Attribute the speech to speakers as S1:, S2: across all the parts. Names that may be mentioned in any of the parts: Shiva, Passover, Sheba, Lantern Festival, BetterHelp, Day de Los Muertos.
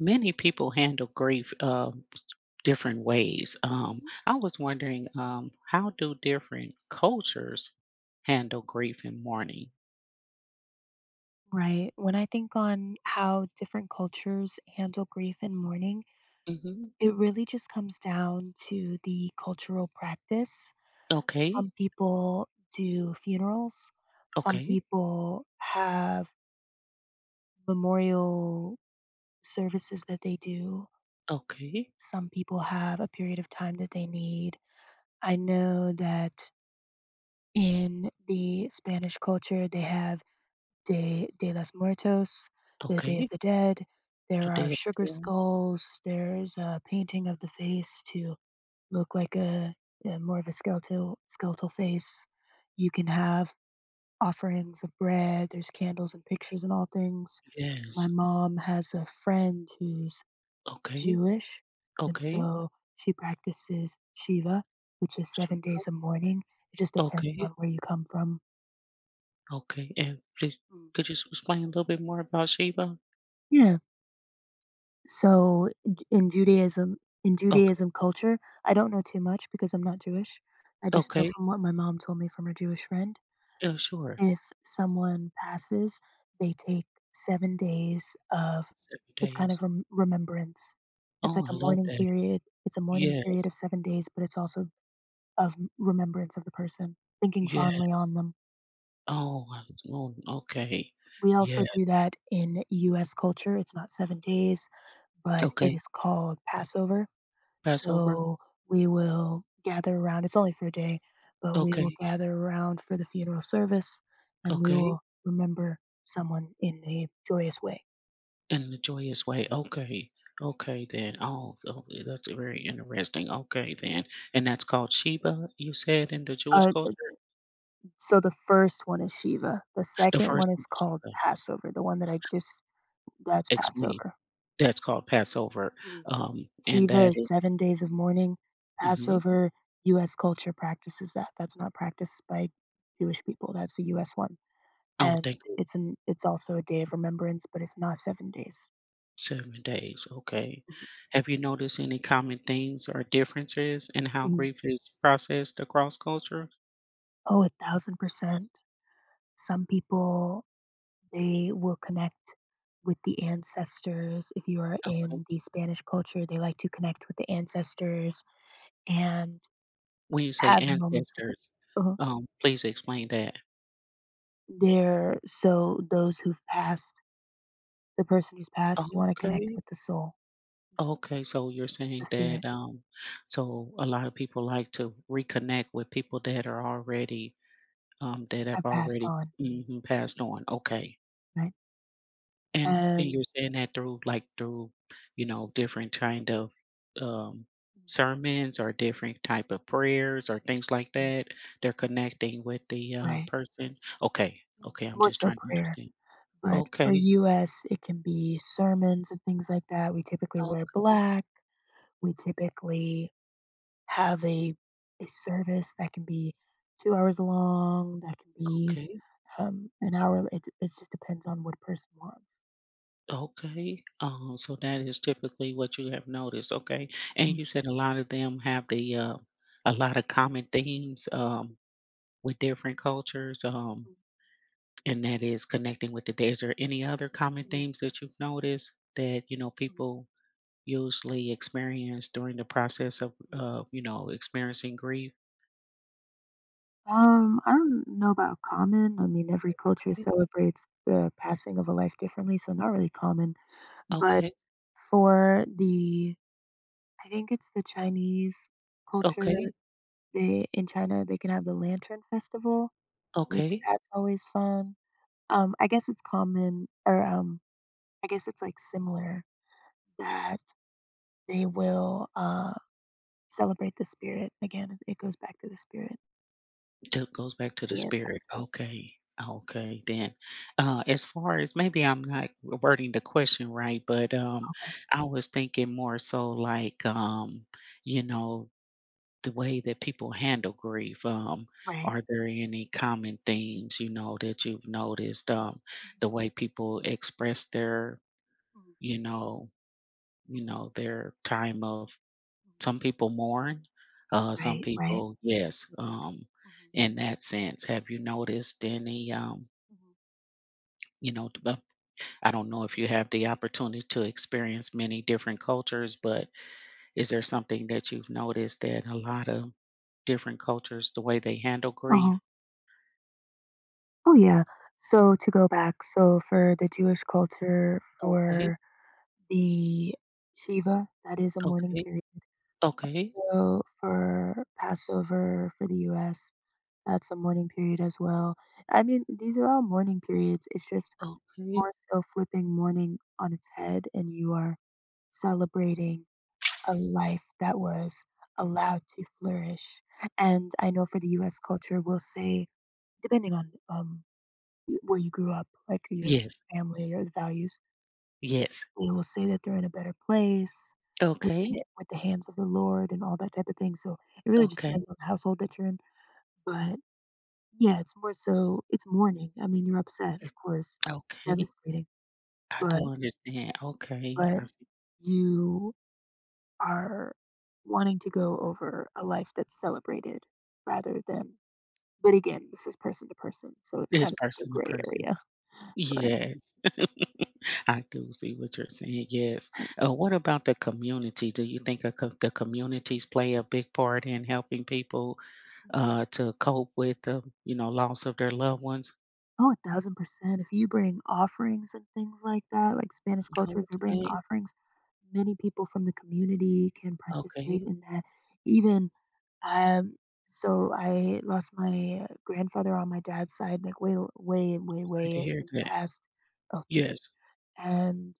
S1: Many people handle grief, different ways.
S2: Mhm.
S1: I was wondering, how do different cultures handle grief and mourning?
S2: Right. When I think on how different cultures handle grief and mourning,
S1: Hmm.
S2: it really just comes down to the cultural practice. Some
S1: Okay,
S2: people do funerals, some
S1: okay,
S2: people have memorial services that they do,
S1: okay,
S2: some people have a period of time that they need. I know that in the Spanish culture, they have Day de Los Muertos, the Day of
S1: okay.
S2: the Dead. There are
S1: Today,
S2: sugar
S1: today.
S2: skulls. There's a painting of the face to look like a more of a skeletal face. You can have offerings of bread. There's candles and pictures and all things. My
S1: Yes.
S2: mom has a friend who's
S1: Okay,
S2: Jewish, and
S1: okay.
S2: so she practices Shiva, which is seven
S1: Sheba.
S2: days of mourning. It just depends
S1: Okay,
S2: on where you come from.
S1: okay. And please,
S2: Mm.
S1: could you explain a little bit more about Sheba?
S2: Yeah. So in J in Judaism in
S1: Okay,
S2: Judaism culture, I don't know too much because I'm not Jewish. I just know
S1: okay.
S2: from what my mom told me from her Jewish friend.
S1: Yeah, sure.
S2: If someone passes, they take 7 days, of
S1: Seven
S2: it's kind
S1: days.
S2: of remembrance. It's like
S1: Oh, I
S2: a
S1: love
S2: mourning
S1: that.
S2: period. It's a mourning period
S1: Yes,
S2: of 7 days, but it's also of remembrance of the person, thinking
S1: yes.
S2: fondly on them.
S1: Oh, I Oh, okay.
S2: We also
S1: Yes.
S2: do that in US culture. It's not 7 days, but it
S1: Okay.
S2: is called Passover.
S1: Passover?
S2: So we will gather around, it's only for a day, but we will
S1: Okay,
S2: gather around for the funeral service, and we
S1: okay.
S2: will remember someone in a joyous way.
S1: In the joyous way. Okay, okay then. Oh, oh, yeah, that's very interesting. Okay then. And that's called Sheba, you said, in the Jewish
S2: Uh, uh,
S1: culture?
S2: so the first one is Shiva. The
S1: The
S2: second
S1: first
S2: one is
S1: one is
S2: called
S1: Sheba.
S2: Passover, the one that I just that's
S1: Explain.
S2: Passover.
S1: That's called Passover.
S2: Mm.
S1: And
S2: Shiva
S1: that
S2: is
S1: is.
S2: 7 days of mourning.
S1: Mhm.
S2: Passover, US culture practices that. That's not practiced by Jewish people. That's a US one.
S1: Oh,
S2: And
S1: thank you.
S2: it's also a day of remembrance, but it's not 7 days.
S1: 7 days. Okay.
S2: Mhm,
S1: Have you noticed any common themes or differences in how
S2: mhm.
S1: grief is processed across culture?
S2: Oh, 1,000%. Some people, they will connect with the ancestors. If you are
S1: Okay.
S2: in the Spanish culture, they like to connect with the ancestors and
S1: When you say
S2: have moments with it.
S1: ancestors,
S2: Uh-huh.
S1: please explain that.
S2: They're so those who've passed, the person who's passed, they wanna connect
S1: Okay,
S2: with the soul. Mhm.
S1: okay, so you're
S2: The
S1: saying
S2: spirit
S1: that, so a lot of people like to reconnect with people that are already, that
S2: have
S1: have
S2: passed
S1: already
S2: on,
S1: mhm, passed on. Okay.
S2: right?
S1: And
S2: And
S1: you're saying that through, like, through, different kind of, um, sermons or different type of prayers or things like
S2: mm.
S1: that? They're connecting with the,
S2: Right.
S1: person? Okay,
S2: Mm.
S1: okay, I'm
S2: More
S1: just
S2: so
S1: trying to
S2: prayer.
S1: understand.
S2: But for
S1: Okay,
S2: US, it can be sermons and things like that. We typically wear
S1: okay.
S2: black. We typically have a service that can be 2 hours long, that can be,
S1: Okay,
S2: an hour. It just depends on what person wants.
S1: okay. So that is typically what you have noticed, okay? And
S2: Mm,
S1: you said a lot of them have the a lot of
S2: mm,
S1: common themes, with different cultures,
S2: mm,
S1: and that is connecting with the day. Is there any other common themes that you've noticed that
S2: mm, mm,
S1: people usually experience during the process of
S2: mm.
S1: experiencing grief?
S2: I don't know about common. I mean, every culture
S1: Okay,
S2: celebrates the passing of a life differently, so not really common. But
S1: okay,
S2: for the I think it's the Chinese culture.
S1: okay,
S2: They in China, they can have the Lantern Festival, which
S1: okay.
S2: that's always fun. I guess it's common or, I guess it's, like, similar that they will, celebrate the spirit. Again, it goes back to the spirit,
S1: It goes back to the
S2: the
S1: spirit.
S2: ancestors.
S1: Okay. Okay, then. As far as maybe I'm not wording the question right, but
S2: Okay.
S1: I was thinking more so like, you know, the way that people handle grief.
S2: Right.
S1: Are there any common themes, that you've noticed?
S2: Mhm,
S1: The way people express their,
S2: mhm,
S1: you know,
S2: mhm,
S1: their time of,
S2: mhm.
S1: some people mourn, some
S2: Right, right.
S1: people, yes,
S2: Mhm,
S1: in that sense. Have you noticed any,
S2: mhm,
S1: d but I don't know if you have the opportunity to experience many different cultures, but is there something that you've noticed
S2: mhm.
S1: that a lot of different cultures, the way they handle
S2: Uh-huh.
S1: grief?
S2: Oh, yeah. So, to go back, so for the Jewish culture,
S1: Okay,
S2: for the Shiva, that is a mourning
S1: okay,
S2: period.
S1: okay,
S2: So for Passover for the US, that's a mourning period as well. I mean, these are all mourning periods. It's just
S1: okay.
S2: more so flipping mourning on its head, and you are celebrating a life that was allowed to flourish. And I know for the US culture, we'll say, depending on where you grew up, like your
S1: Yes,
S2: family or the values,
S1: yes.
S2: they will say that they're in a better place
S1: Okay,
S2: with the hands of the Lord and all that type of thing. So it really just
S1: okay,
S2: depends on the household that you're in. But yeah, it's more so it's mourning. I mean, you're upset, of
S1: it's
S2: course. It's
S1: okay.
S2: devastating.
S1: I
S2: But
S1: do understand. Okay,
S2: but
S1: I see.
S2: you are wanting to go over a life that's celebrated, rather than but again, this is person to person. So it's
S1: It's
S2: kind of like a
S1: person to
S2: gray
S1: person.
S2: area. But
S1: Yes. I do see what you're saying, yes.
S2: right.
S1: What about the community? Do you think a co the communities play a big part in helping people, to cope with the, loss of their loved ones?
S2: Oh, 1,000%. If you bring offerings and things like that, like Spanish culture, if you're bringing
S1: Okay,
S2: offerings, many people from the community can participate
S1: okay,
S2: in that. Even, um, so I lost my grandfather on my dad's side, like way, way, way,
S1: sorry
S2: way
S1: to
S2: in
S1: hear
S2: the
S1: that.
S2: past. Oh, thank you.
S1: Yes,
S2: And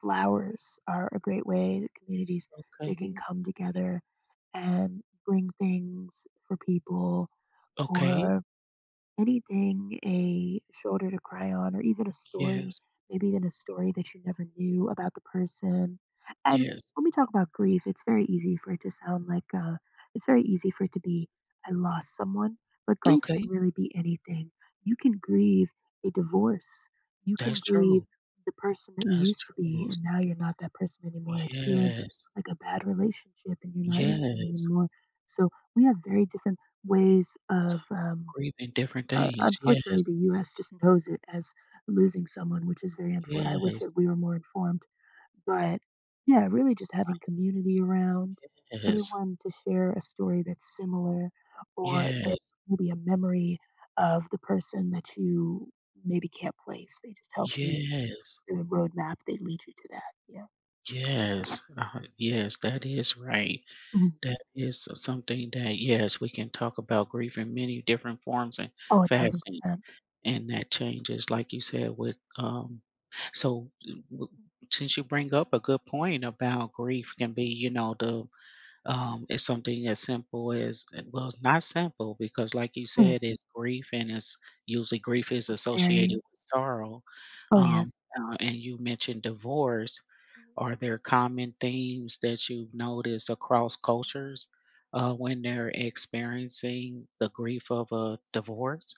S2: flowers are a great way that communities, they can
S1: okay,
S2: come together and bring things for people,
S1: okay,
S2: or anything, a shoulder to cry on, or even a story,
S1: yes,
S2: maybe even a story that you never knew about the person. And
S1: yes.
S2: when we talk about grief, it's very easy for it to sound like it's very easy for it to be, I lost someone. But grief can
S1: Okay,
S2: really be anything. You can grieve a divorce, you can
S1: that's
S2: grieve
S1: true,
S2: the person that you
S1: that's
S2: used to be
S1: true.
S2: and now you're not that person anymore, like if you're in
S1: Yes,
S2: like a bad relationship and you're not in that
S1: yes,
S2: anymore. So we have very different ways of
S1: grieving different things,
S2: unfortunately,
S1: yes,
S2: the US just knows it as losing someone, which is very unfortunate. I wish
S1: yes,
S2: that we were more informed. But yeah, really just having community around,
S1: yes,
S2: anyone to share a story that's similar, or if
S1: yes,
S2: maybe a memory of the person that you maybe can't place. They just help you
S1: yes.
S2: do a roadmap, they lead you to that. Yeah.
S1: Yes, yes, that is right.
S2: Mhm.
S1: That is something that, yes, we can talk about grief in many different forms and
S2: Oh,
S1: fashions,
S2: 1,000%. Mhm,
S1: and that changes, like you said, with
S2: mhm,
S1: um. So, w- since you bring up a good point about grief, can be, the it's something as simple
S2: mhm, mhm.
S1: as well, it's not simple because, like you
S2: Mm.
S1: said, it's grief, and it's usually grief is
S2: It's very,
S1: associated with sorrow.
S2: oh,
S1: Um,
S2: yes.
S1: and you mentioned divorce, are
S2: Mm-hmm.
S1: there common themes that you've noticed across cultures when they're experiencing the grief of a divorce?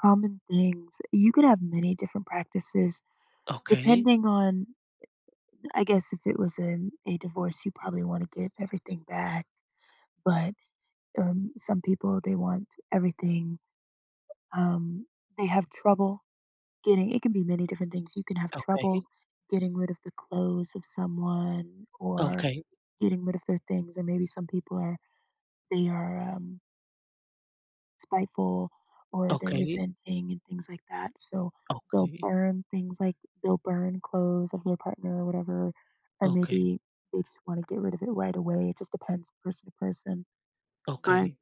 S2: Common things. You could have many different practices
S1: Okay,
S2: depending on, I guess, if it was a divorce, you probably want to give everything back. But some people, they want everything. Um, they have trouble it can be many different things. You can have trouble
S1: okay,
S2: getting rid of the clothes of someone or
S1: okay,
S2: getting rid of their things. Or maybe some people are spiteful, or they're
S1: okay,
S2: resenting and things like that. So they'll
S1: okay,
S2: burn things, like they'll burn clothes of their partner or whatever, or
S1: okay,
S2: maybe they just want to get rid of it right away. It just depends person to person. But
S1: okay,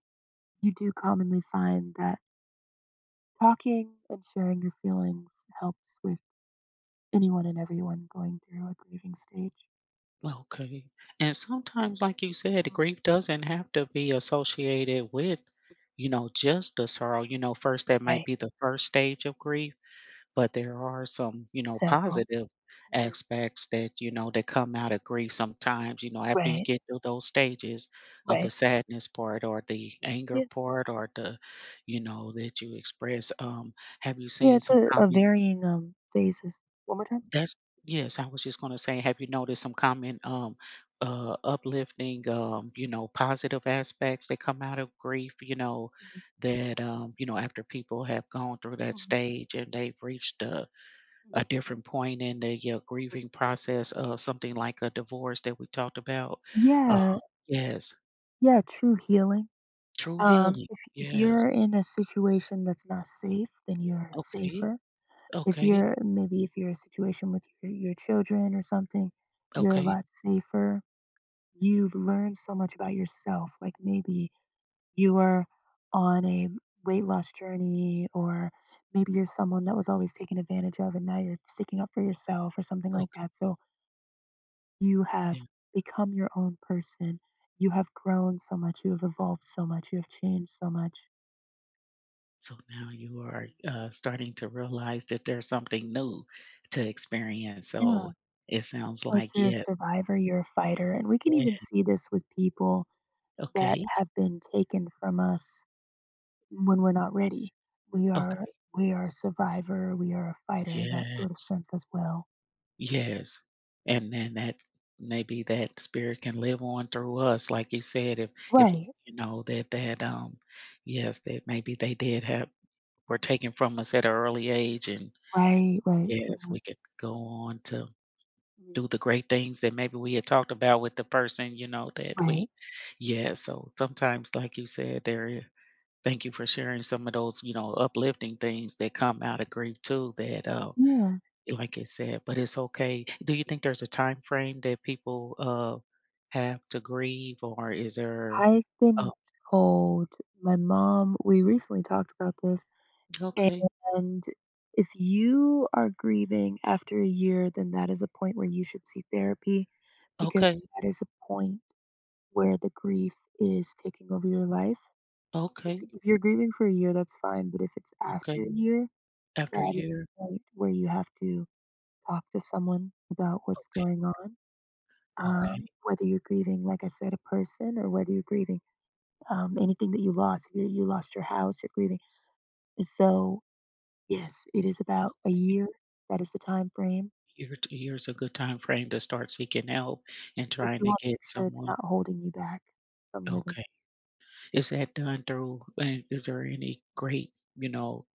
S2: you do commonly find that talking and sharing your feelings helps with anyone and everyone going through a grieving stage.
S1: okay. And sometimes, like you said,
S2: Mm.
S1: grief doesn't have to be associated with, just the sorrow. First that
S2: Right.
S1: might be the first stage of grief. But there are some,
S2: Several.
S1: positive
S2: Mhm.
S1: aspects that come out of grief sometimes, after you
S2: Right.
S1: get through those stages of the
S2: Right.
S1: sadness part or the anger
S2: Yeah.
S1: part or the, that you express. Have you
S2: Yeah.
S1: seen
S2: It's
S1: some
S2: a
S1: common
S2: varying phases. One more time.
S1: that's yes, I was just gonna say, have you noticed some common, uplifting, positive aspects that come out of grief,
S2: Mhm.
S1: that after people have gone through that
S2: Mhm.
S1: stage and they've reached a different point in the your
S2: Mhm.
S1: grieving process of something like a divorce that we talked about. Uh,
S2: Yeah,
S1: yes,
S2: yeah, true healing.
S1: true
S2: Um,
S1: healing.
S2: if if you're
S1: Yes.
S2: in a situation that's not safe, then you're
S1: Okay.
S2: safer. If
S1: Okay.
S2: you're maybe if you're in a situation with your children or something, you're a
S1: Okay.
S2: lot safer. You've learned so much about yourself. Like maybe you are on a weight loss journey, or maybe you're someone that was always taken advantage of, and now you're sticking up for yourself or something like
S1: Okay.
S2: that. So you have
S1: Yeah.
S2: become your own person. You have grown so much. You have evolved so much. You have changed so much.
S1: So now you are,
S2: Mhm.
S1: starting to realize that there's something new to experience.
S2: Yeah,
S1: So it sounds
S2: like
S1: like
S2: you're a
S1: yes.
S2: survivor, you're a fighter. And we can even
S1: Yeah.
S2: see this with people that
S1: Okay.
S2: have been taken from us when we're not ready. We are
S1: Okay.
S2: we are a survivor, we are a fighter in that sort of
S1: Yes.
S2: sense as well.
S1: Yes. And then that, maybe that spirit can live on through us, like you said, if
S2: Right.
S1: you know that yes,
S2: Mhm.
S1: that maybe they did have were
S2: Mhm.
S1: taken from us at an early age and
S2: Right, right,
S1: yes, we
S2: true.
S1: could go on to
S2: Mhm.
S1: do the great things that maybe we had talked about with the person, that
S2: Right.
S1: we yeah, so sometimes like you said, thank you for sharing some of those, uplifting things that come out of grief too that
S2: Yeah.
S1: Like I said, but it's okay. Do you think there's a time frame that people, have to grieve or is there?
S2: I've
S1: Oh,
S2: been told, my mom we recently talked about this,
S1: okay.
S2: and if you are grieving after a year, then that is a point where you should see therapy, because
S1: Okay.
S2: that is a point where the grief is taking over your life. If,
S1: Okay.
S2: if you're grieving for a year, that's fine. But if it's after
S1: Okay.
S2: a year,
S1: After a
S2: that is the
S1: year?
S2: point where you have to talk to someone about what's going
S1: Okay.
S2: on.
S1: Okay.
S2: Whether you're grieving, like I said, a person, or whether you're grieving anything that you lost. You lost your house, you're grieving. And so, yes, it is about a year. That is the time frame.
S1: Year's a good time frame to start seeking help and
S2: But
S1: trying
S2: you
S1: to
S2: want to
S1: get
S2: make sure it's
S1: someone.
S2: not holding you back from living.
S1: Okay. Is that done through and is there any great,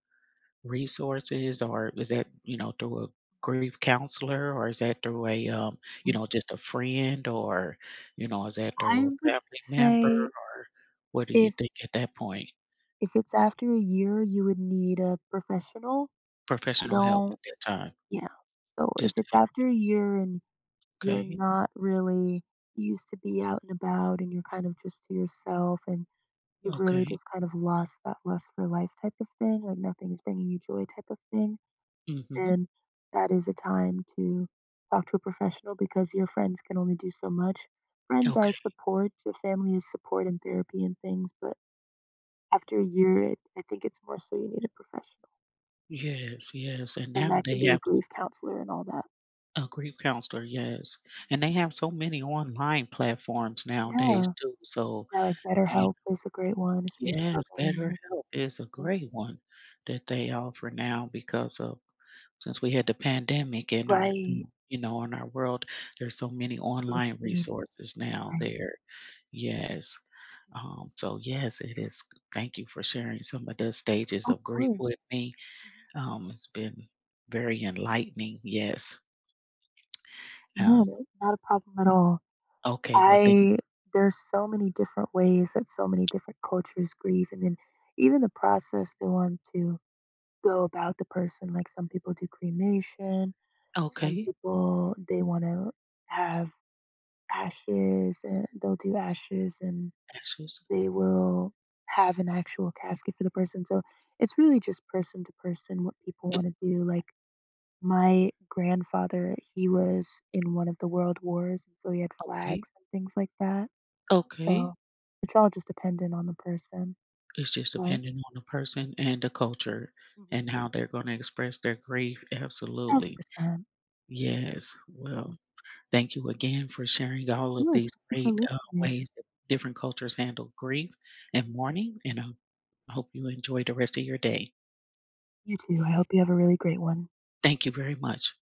S1: resources, or is that, through a grief counselor, or is that through a,
S2: Mm.
S1: just a friend, or, is that
S2: I
S1: through a
S2: would
S1: family
S2: say
S1: member, or what do you
S2: if
S1: think at that point?
S2: if it's after a year, you would need a professional. I
S1: Professional help
S2: don't.
S1: at that time,
S2: Yeah. So if
S1: just to
S2: it's
S1: help.
S2: after a year and you're
S1: Okay.
S2: not really used to be out and about and you're kind of just to yourself, and you've really
S1: Okay.
S2: just kind of lost that lust for life type of thing, like nothing is bringing you joy type of thing,
S1: Mm-hmm.
S2: then that is a time to talk to a professional, because your friends can only do so much. Friends are
S1: Okay.
S2: support, your family is support and therapy and things, but after a year, it, I think it's more so you need a professional,
S1: Yes. Yes. And
S2: and
S1: now
S2: that can
S1: they
S2: be a
S1: have
S2: grief counselor and all that.
S1: a grief counselor. Yes. And they have so many online platforms nowadays
S2: Yeah,
S1: too. So,
S2: yeah, like BetterHelp is a great one if you're
S1: yes,
S2: struggling with
S1: BetterHelp is a
S2: it.
S1: great one that they offer now, because of since we had the pandemic in our
S2: Right,
S1: mm, you know, in our world, there's so many online
S2: routine,
S1: resources now
S2: right.
S1: there. Yes.
S2: Mhm.
S1: So yes, it is thank you for sharing some of the stages
S2: Of
S1: of grief
S2: course.
S1: with me.
S2: Mhm.
S1: It's been very enlightening. Yes.
S2: No,
S1: So,
S2: no, not a problem at all.
S1: okay, well, thank—
S2: I there's so many different ways that so many different cultures grieve, and then even the process they want to go about the person. Like some people do cremation, some
S1: Okay.
S2: people they want to have ashes, and they'll do ashes, and
S1: Ashes.
S2: they will have an actual casket for the person. So it's really just person to person what people want to do. Like my grandfather, he was in one of the world wars, and so he had
S1: Okay.
S2: flags and things like that, so
S1: Okay.
S2: it's all just dependent on the person,
S1: It's just
S2: but
S1: depending on the person and the culture
S2: Mhm.
S1: and how they're gonna express their grief, absolutely.
S2: 1,000%.
S1: Yes,
S2: Mhm.
S1: well, thank you again for sharing
S2: Of
S1: all of
S2: course,
S1: these
S2: thank you for
S1: great,
S2: listening.
S1: ways that different cultures handle grief and
S2: Mhm.
S1: mourning, and I hope you enjoy the rest of your day.
S2: You too, I hope you have a really great one.
S1: Thank you very much.